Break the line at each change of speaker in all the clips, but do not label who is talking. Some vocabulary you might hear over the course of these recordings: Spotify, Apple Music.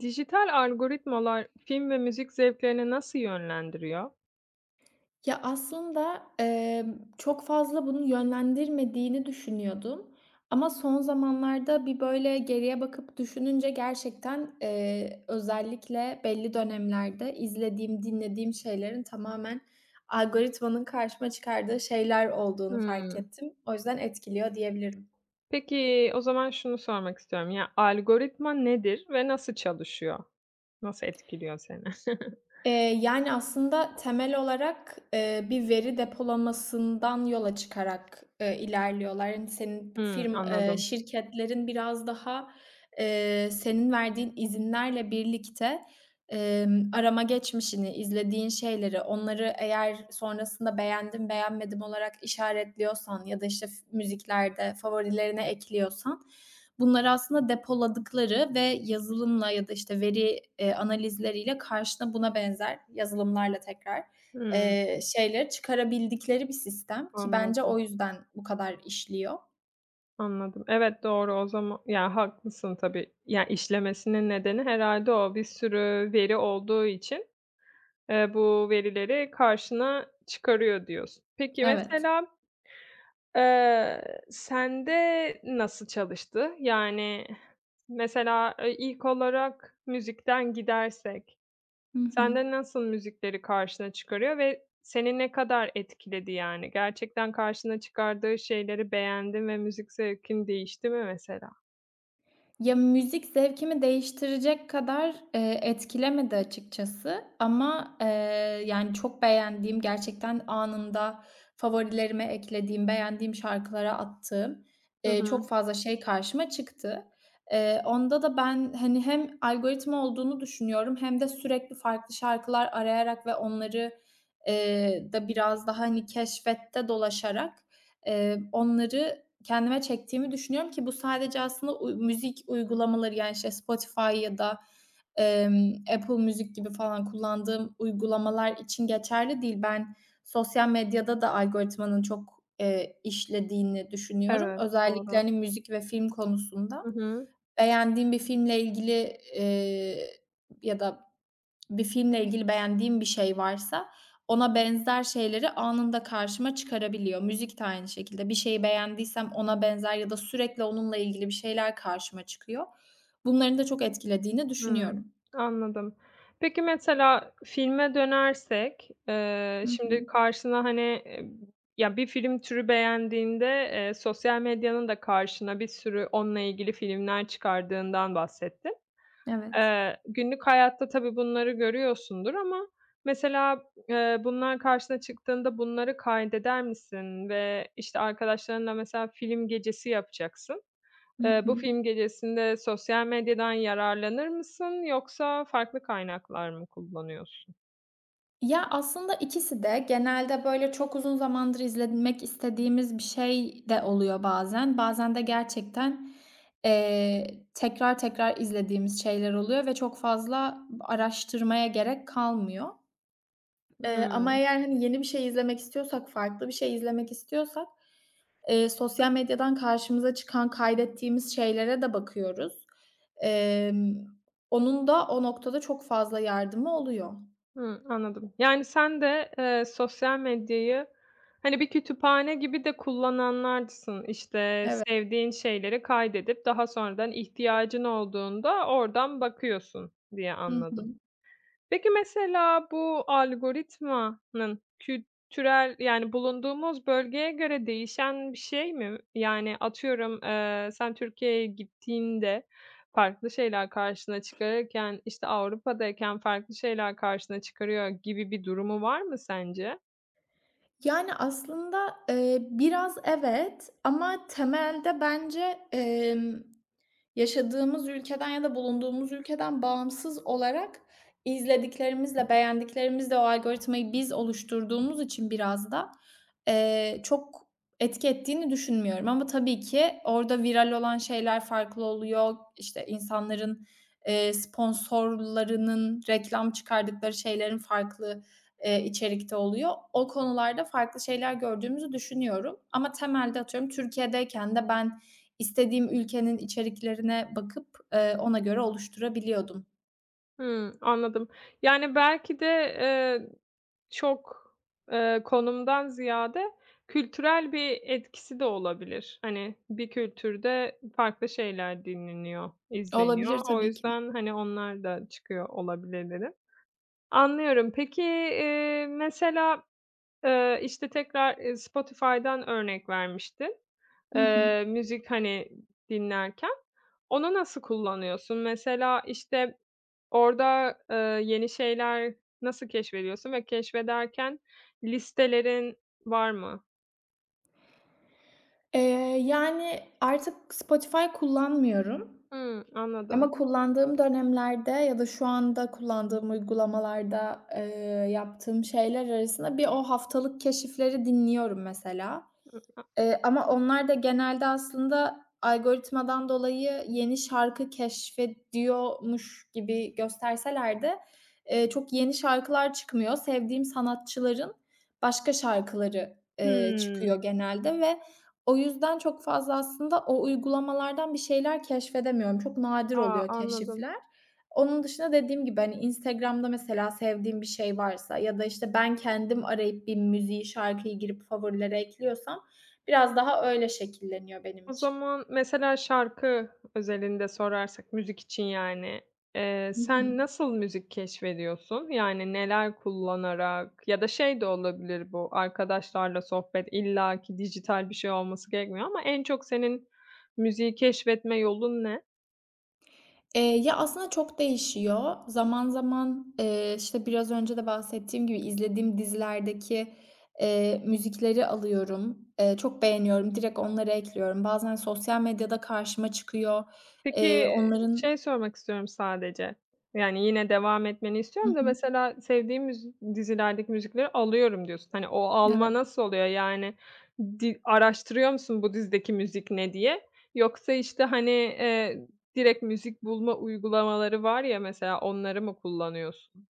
Dijital algoritmalar film ve müzik zevklerini nasıl yönlendiriyor?
Ya, aslında, çok fazla bunu yönlendirmediğini düşünüyordum ama son zamanlarda bir, böyle, geriye bakıp düşününce gerçekten, özellikle belli dönemlerde izlediğim, dinlediğim şeylerin tamamen algoritmanın karşıma çıkardığı şeyler olduğunu fark
Hımm.
ettim. O yüzden etkiliyor diyebilirim.
Peki, o zaman şunu sormak istiyorum. Ya, algoritma nedir ve nasıl çalışıyor? Nasıl etkiliyor seni?
Eee, Yani, aslında temel olarak, bir veri depolamasından yola çıkarak, ilerliyorlar. Yani senin
Hımm,
firm
anladım.
şirketlerin biraz daha, senin verdiğin izinlerle birlikte, arama geçmişini, izlediğin şeyleri, onları eğer sonrasında beğendim, beğenmedim olarak işaretliyorsan ya da, işte, müziklerde favorilerine ekliyorsan, bunları aslında depoladıkları ve yazılımla ya da, işte, veri, analizleriyle karşına buna benzer yazılımlarla tekrar,
Hımm,
şeyleri çıkarabildikleri bir sistem ki bence
anladım,
o yüzden bu kadar işliyor.
anladım. Evet, doğru o zaman. Ya, haklısın tabii. Ya, işlemesinin nedeni herhâlde o. Bir sürü veri olduğu için, bu verileri karşına çıkarıyor diyorsun. Peki
Evet.
mesela sende nasıl çalıştı? Yani, mesela, ilk olarak müzikten gidersek
Hı hı.
sende nasıl müzikleri karşına çıkarıyor ve seni ne kadar etkiledi, yani? Gerçekten karşına çıkardığı şeyleri beğendin ve müzik zevkin değişti mi mesela?
Ya, müzik zevkimi değiştirecek kadar, etkilemedi açıkçası ama, yani, çok beğendiğim, gerçekten anında favorilerime eklediğim, beğendiğim şarkılara attığım,
Hı hı.
çok fazla şey karşıma çıktı. Onda da ben, hani, hem algoritma olduğunu düşünüyorum hem de sürekli farklı şarkılar arayarak ve onları, da biraz daha, hani, keşfette dolaşarak, onları kendime çektiğimi düşünüyorum ki bu sadece aslında müzik uygulamaları, yani, işte, Spotify ya da, Apple Music gibi falan kullandığım uygulamalar için geçerli değil. Ben sosyal medyada da algoritmanın çok, işlediğini düşünüyorum.
Evet,
Özellikle,
doğru.
hani, müzik ve film konusunda.
Hı hı.
Beğendiğim bir filmle ilgili, ya da bir filmle ilgili beğendiğim bir şey varsa ona benzer şeyleri anında karşıma çıkarabiliyor. Müzik de aynı şekilde. Bir şeyi beğendiysem ona benzer ya da sürekli onunla ilgili bir şeyler karşıma çıkıyor. Bunların da çok etkilediğini
Hımm,
düşünüyorum.
anladım. Peki, mesela filme dönersek,
Hı hı.
şimdi karşına, hani, eee, ya, bir film türü beğendiğinde, sosyal medyanın da karşına bir sürü onunla ilgili filmler çıkardığından bahsettin.
Evet.
Günlük hayatta tabii bunları görüyorsundur ama mesela, bunlar karşına çıktığında bunları kaydeder misin ve, işte, arkadaşlarınla mesela film gecesi yapacaksın.
Hı
Bu
hı.
film gecesinde sosyal medyadan yararlanır mısın yoksa farklı kaynaklar mı kullanıyorsun?
Ya, aslında ikisi de genelde, böyle, çok uzun zamandır izlemek istediğimiz bir şey de oluyor bazen. Bazen de gerçekten, tekrar tekrar izlediğimiz şeyler oluyor ve çok fazla araştırmaya gerek kalmıyor. Ama
Hımm.
eğer, hani, yeni bir şey izlemek istiyorsak, farklı bir şey izlemek istiyorsak, sosyal medyadan karşımıza çıkan kaydettiğimiz şeylere de bakıyoruz. Emm, Onun da o noktada çok fazla yardımı oluyor.
Hıı, Hı, anladım. Yani sen de, sosyal medyayı, hani, bir kütüphane gibi de kullananlardansın. İşte,
Evet.
sevdiğin şeyleri kaydedip daha sonradan ihtiyacın olduğunda oradan bakıyorsun diye
Hı
anladım.
hı.
Peki, mesela bu algoritmanın kültürel, yani, bulunduğumuz bölgeye göre değişen bir şey mi? Yani, atıyorum, sen Türkiye'ye gittiğinde farklı şeyler karşına çıkarırken, işte, Avrupa'dayken farklı şeyler karşına çıkarıyor gibi bir durumu var mı sence?
Yani, aslında, biraz evet ama temelde bence, yaşadığımız ülkeden ya da bulunduğumuz ülkeden bağımsız olarak izlediklerimizle, beğendiklerimizle o algoritmayı biz oluşturduğumuz için biraz da, çok etki ettiğini düşünmüyorum ama tabii ki orada viral olan şeyler farklı oluyor. İşte, insanların, sponsorlarının reklam çıkardıkları şeylerin farklı, içerikte oluyor. O konularda farklı şeyler gördüğümüzü düşünüyorum ama temelde atıyorum Türkiye'deyken de ben İstediğim ülkenin içeriklerine bakıp, ona göre oluşturabiliyordum.
Hımm, anladım. Yani, belki de, çok, konumdan ziyade kültürel bir etkisi de olabilir. Hani, bir kültürde farklı şeyler dinleniyor,
Olabilir
izleniyor. O
tabii ki.
yüzden, hani, onlar da çıkıyor olabilir dedin. Anlıyorum. Peki, mesela, işte, tekrar, Spotify'dan örnek vermiştin,
Hı hı.
müzik, hani, dinlerken. Onu nasıl kullanıyorsun? Mesela, işte orada, yeni şeyler nasıl keşfediyorsun ve keşfederken listelerin var mı?
Eee, Yani, artık Spotify kullanmıyorum
Hımm,
ama
anladım.
kullandığım dönemlerde ya da şu anda kullandığım uygulamalarda, yaptığım şeyler arasında bir o haftalık keşifleri dinliyorum mesela.
Hı a.
Ama onlar da genelde aslında algoritmadan dolayı yeni şarkı keşfediyormuş gibi gösterseler de, çok yeni şarkılar çıkmıyor. Sevdiğim sanatçıların başka şarkıları,
Hımm.
çıkıyor genelde ve o yüzden çok fazla aslında o uygulamalardan bir şeyler keşfedemiyorum. Çok nadir
A,
oluyor
anladım.
keşifler. Onun dışında dediğim gibi, hani, Instagram'da mesela sevdiğim bir şey varsa ya da, işte, ben kendim arayıp bir müziği, şarkıyı girip favorilere ekliyorsam, biraz daha öyle şekilleniyor benim
O
için.
zaman mesela şarkı özelinde sorarsak müzik için yani,
Hı
sen
hı.
nasıl müzik keşfediyorsun? Yani neler kullanarak ya da şey de olabilir bu, arkadaşlarla sohbet, illaki dijital bir şey olması gerekmiyor ama en çok senin müziği keşfetme yolun ne?
Ya, aslında çok değişiyor. Zaman zaman, işte, biraz önce de bahsettiğim gibi izlediğim dizilerdeki, müzikleri alıyorum. Çok beğeniyorum, direkt onları ekliyorum. Bazen sosyal medyada karşıma çıkıyor.
Peki,
Onların
şey sormak istiyorum sadece, yani yine devam etmeni
Hı
istiyorum da
hı.
mesela sevdiğim dizilerdeki müzikleri alıyorum diyorsun. Hani o alma
Evet.
nasıl oluyor? Yani araştırıyor musun bu dizideki müzik ne diye? Yoksa, işte, hani, direkt müzik bulma uygulamaları var ya mesela onları mı kullanıyorsun?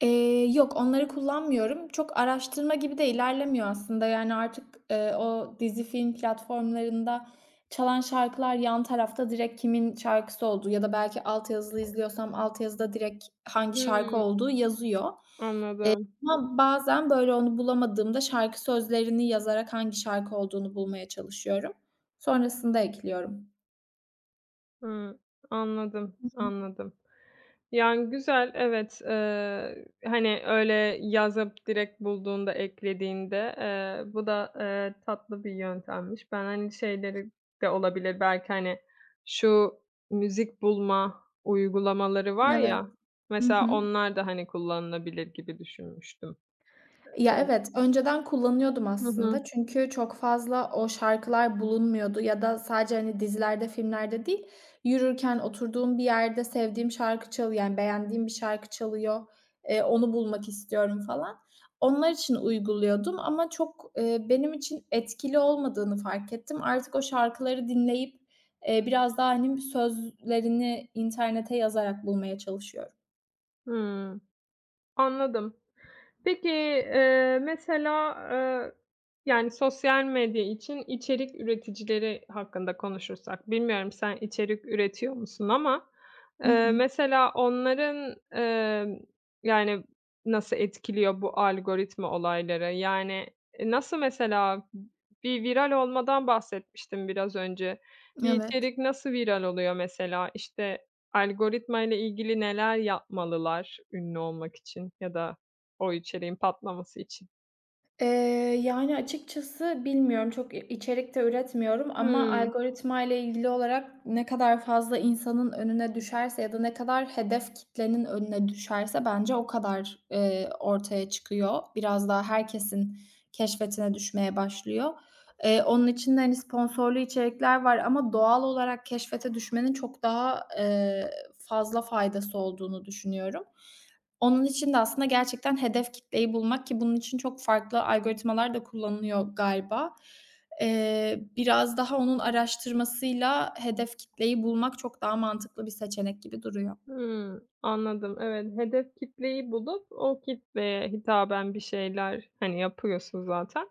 Yok, onları kullanmıyorum. Çok araştırma gibi de ilerlemiyor aslında. Yani, artık, o dizi, film platformlarında çalan şarkılar yan tarafta direkt kimin şarkısı olduğu ya da belki altyazılı izliyorsam altyazıda direkt hangi şarkı
Hımm,
olduğu yazıyor.
anladım.
Ama bazen, böyle, onu bulamadığımda şarkı sözlerini yazarak hangi şarkı olduğunu bulmaya çalışıyorum. Sonrasında ekliyorum.
Hıı. Anladım,
Hı hı.
anladım. Yani, güzel, evet. Hani, öyle yazıp direkt bulduğunda, eklediğinde, bu da, tatlı bir yöntemmiş. Ben, hani, şeyleri de olabilir belki, hani, şu müzik bulma uygulamaları var
Evet.
ya,
Hı
mesela
hı.
onlar da, hani, kullanılabilir gibi düşünmüştüm.
Ya, evet, önceden kullanıyordum
Hı hı.
aslında çünkü çok fazla o şarkılar bulunmuyordu ya da sadece, hani, dizilerde, filmlerde değil, yürürken oturduğum bir yerde sevdiğim şarkı çalıyor, yani, beğendiğim bir şarkı çalıyor, onu bulmak istiyorum falan. Onlar için uyguluyordum ama çok, benim için etkili olmadığını fark ettim. Artık o şarkıları dinleyip, biraz daha, hani, sözlerini internete yazarak bulmaya çalışıyorum.
Hıı. Anladım. Peki, mesela, yani, sosyal medya için içerik üreticileri hakkında konuşursak, bilmiyorum sen içerik üretiyor musun ama,
Hı hı.
mesela onların, yani, nasıl etkiliyor bu algoritma olayları? Yani, nasıl mesela bir viral olmadan bahsetmiştim biraz önce. Bir
Evet.
içerik nasıl viral oluyor mesela? İşte, algoritma ile ilgili neler yapmalılar ünlü olmak için ya da o içeriğin patlaması için?
Eee, Yani, açıkçası bilmiyorum. Çok içerik de üretmiyorum ama
Hımm.
algoritmayla ilgili olarak ne kadar fazla insanın önüne düşerse ya da ne kadar hedef kitlenin önüne düşerse bence o kadar, ortaya çıkıyor. Biraz daha herkesin keşfetine düşmeye başlıyor. Onun için de, hani, sponsorlu içerikler var ama doğal olarak keşfete düşmenin çok daha, fazla faydası olduğunu düşünüyorum. Onun için de aslında gerçekten hedef kitleyi bulmak ki bunun için çok farklı algoritmalar da kullanılıyor galiba. Biraz daha onun araştırmasıyla hedef kitleyi bulmak çok daha mantıklı bir seçenek gibi duruyor.
Hımm. Anladım. Evet, hedef kitleyi bulup o kitleye hitaben bir şeyler, hani, yapıyorsun zaten.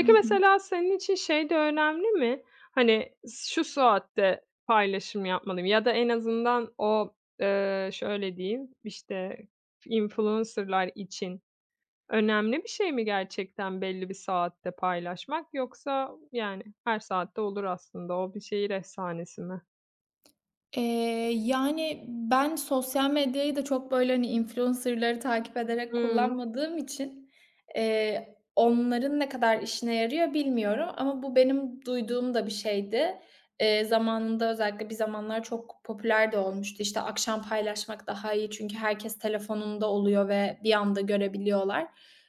Hı hı.
mesela senin için şey de önemli mi? Hani, şu saatte paylaşım yapmalıyım ya da en azından o, şöyle diyeyim, işte, influencer'lar için önemli bir şey mi gerçekten belli bir saatte paylaşmak yoksa, yani, her saatte olur aslında o, bir şehir efsanesi mi?
Yani, ben sosyal medyayı da çok, böyle, hani, influencer'ları takip ederek
Hımm.
kullanmadığım için, onların ne kadar işine yarıyor bilmiyorum ama bu benim duyduğum da bir şeydi. Zamanında özellikle bir zamanlar çok popüler de olmuştu. İşte, akşam paylaşmak daha iyi çünkü herkes telefonunda oluyor ve bir anda görebiliyorlar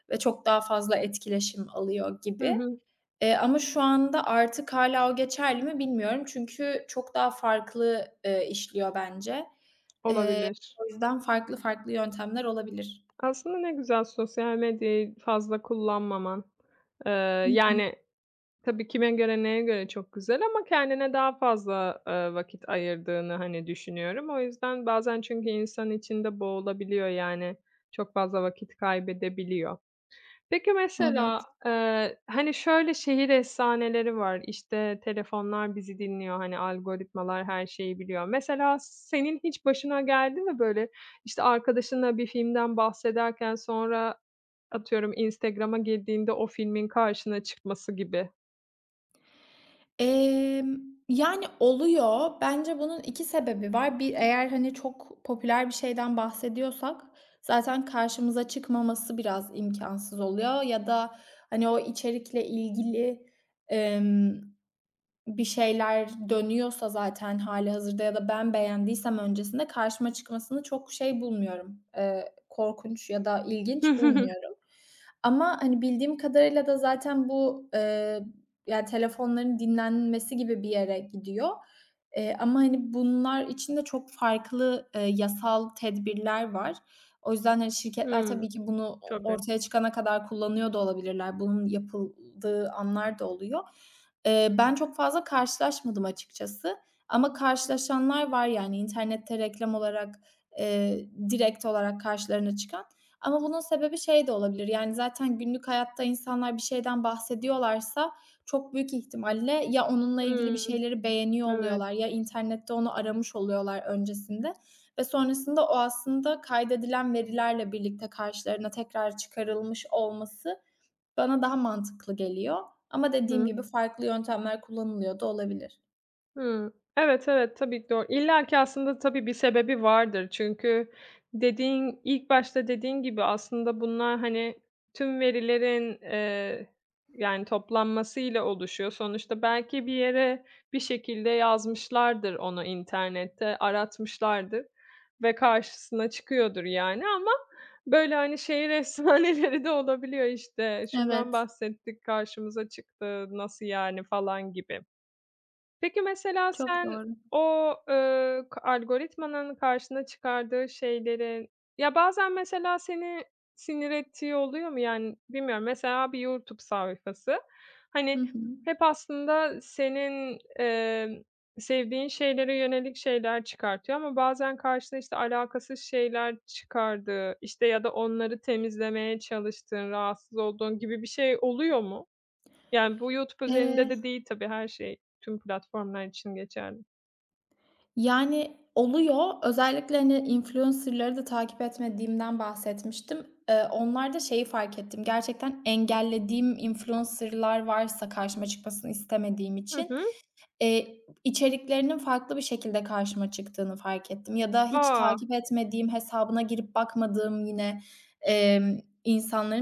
ve çok daha fazla etkileşim alıyor
Hı
gibi.
hı.
Ama şu anda artık hâlâ o geçerli mi bilmiyorum. Çünkü çok daha farklı, işliyor bence. Eee,
Olabilir.
O yüzden farklı farklı yöntemler olabilir.
Aslında ne güzel sosyal medyayı fazla kullanmaman. Eee,
Hı hı.
Yani, tabii kime göre, neye göre çok güzel ama kendine daha fazla, vakit ayırdığını, hani, düşünüyorum. O yüzden bazen çünkü insan içinde boğulabiliyor, yani, çok fazla vakit kaybedebiliyor. Peki mesela,
Evet.
hani, şöyle şehir efsaneleri var, işte, telefonlar bizi dinliyor, hani, algoritmalar her şeyi biliyor. Mesela senin hiç başına geldi mi böyle, işte, arkadaşınla bir filmden bahsederken sonra atıyorum Instagram'a girdiğinde o filmin karşına çıkması gibi?
Emm, Yani, oluyor. Bence bunun 2 sebebi var. Bir, eğer, hani, çok popüler bir şeyden bahsediyorsak zaten karşımıza çıkmaması biraz imkânsız oluyor ya da, hani, o içerikle ilgili, emm bir şeyler dönüyorsa zaten hali hazırda ya da ben beğendiysem öncesinde karşıma çıkmasını çok şey bulmuyorum, korkunç ya da ilginç bulmuyorum. Ama, hani, bildiğim kadarıyla da zaten bu, yani, telefonların dinlenmesi gibi bir yere gidiyor. Ama, hani, bunlar için de çok farklı, yasal tedbirler var. O yüzden, hani, şirketler
Hıı.
tabii ki bunu o
Tabii.
ortaya çıkana kadar kullanıyor da olabilirler. Bunun yapıldığı anlar da oluyor. Ben çok fazla karşılaşmadım açıkçası ama karşılaşanlar var, yani, internette reklam olarak, direkt olarak karşılarına çıkan ama bunun sebebi şey de olabilir, yani, zaten günlük hayatta insanlar bir şeyden bahsediyorlarsa çok büyük ihtimalle ya onunla ilgili bir
Hıı.
şeyleri beğeniyor
Evet.
oluyorlar ya internette onu aramış oluyorlar öncesinde ve sonrasında o aslında kaydedilen verilerle birlikte karşılarına tekrar çıkarılmış olması bana daha mantıklı geliyor ama
Hı
dediğim
hı.
gibi farklı yöntemler kullanılıyor da olabilir.
Hıı. Evet, evet, tabii, doğru. İlla ki aslında tabii bir sebebi vardır. Çünkü dediğin ilk başta dediğin gibi aslında bunlar, hani, tüm verilerin, yani, toplanmasıyla oluşuyor. Sonuçta belki bir yere bir şekilde yazmışlardır onu internette, aratmışlardır ve karşısına çıkıyordur, yani, ama böyle, hani, şehir efsaneleri de olabiliyor, işte, şundan
Evet,
bahsettik, karşımıza çıktı, nasıl yani falan gibi. Peki, mesela
çok
sen
doğru.
o, k algoritmanın karşına çıkardığı şeyleri ya, bazen mesela seni sinir ettiği oluyor mu? Yani, bilmiyorum, mesela bir YouTube sayfası, hani,
Hı hı.
hep aslında senin, sevdiğin şeylere yönelik şeyler çıkartıyor ama bazen karşına, işte, alakasız şeyler çıkardığı, işte, ya da onları temizlemeye çalıştığın, rahatsız olduğun gibi bir şey oluyor mu? Yani, bu YouTube özelinde
Eee,
de değil tabii, her şey tüm platformlar için geçerli.
Yani oluyor. Özellikle, hani, influencer'ları da takip etmediğimden bahsetmiştim. Onlarda şeyi fark ettim. Gerçekten engellediğim influencer'lar varsa karşıma çıkmasını istemediğim
Hı
için
hı.
İçeriklerinin farklı bir şekilde karşıma çıktığını fark ettim ya da hiç
A!
takip etmediğim, hesabına girip bakmadığım yine,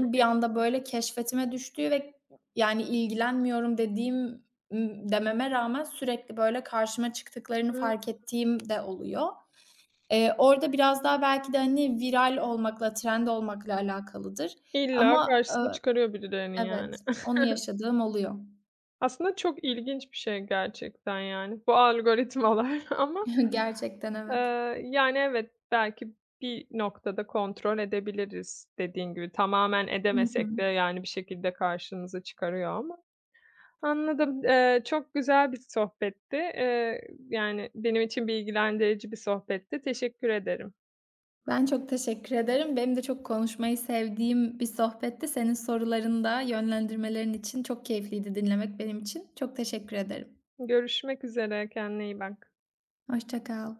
Çok
bir
iyi.
anda böyle keşfetime düştüğü ve yani ilgilenmiyorum dediğim dememe rağmen sürekli böyle karşıma çıktıklarını
Iıı,
fark ettiğim de oluyor. Orada biraz daha belki de, hani, viral olmakla, trend olmakla alakalıdır
illa
ama,
karşısına çıkarıyor birilerini,
evet,
yani.
onu yaşadığım oluyor.
Aslında çok ilginç bir şey gerçekten, yani, bu algoritmalar ama,
Gerçekten evet.
eee, yani, evet, belki bir noktada kontrol edebiliriz dediğin gibi. Tamamen
Hı hı.
edemesek de, yani, bir şekilde karşımıza çıkarıyor ama anladım. Çok güzel bir sohbetti. Yani, benim için bilgilendirici bir sohbetti. Teşekkür ederim.
Ben çok teşekkür ederim. Benim de çok konuşmayı sevdiğim bir sohbetti. Senin soruların da yönlendirmelerin için çok keyifliydi dinlemek benim için. Çok teşekkür ederim.
Görüşmek üzere, kendine iyi bak.
Hoşça kal.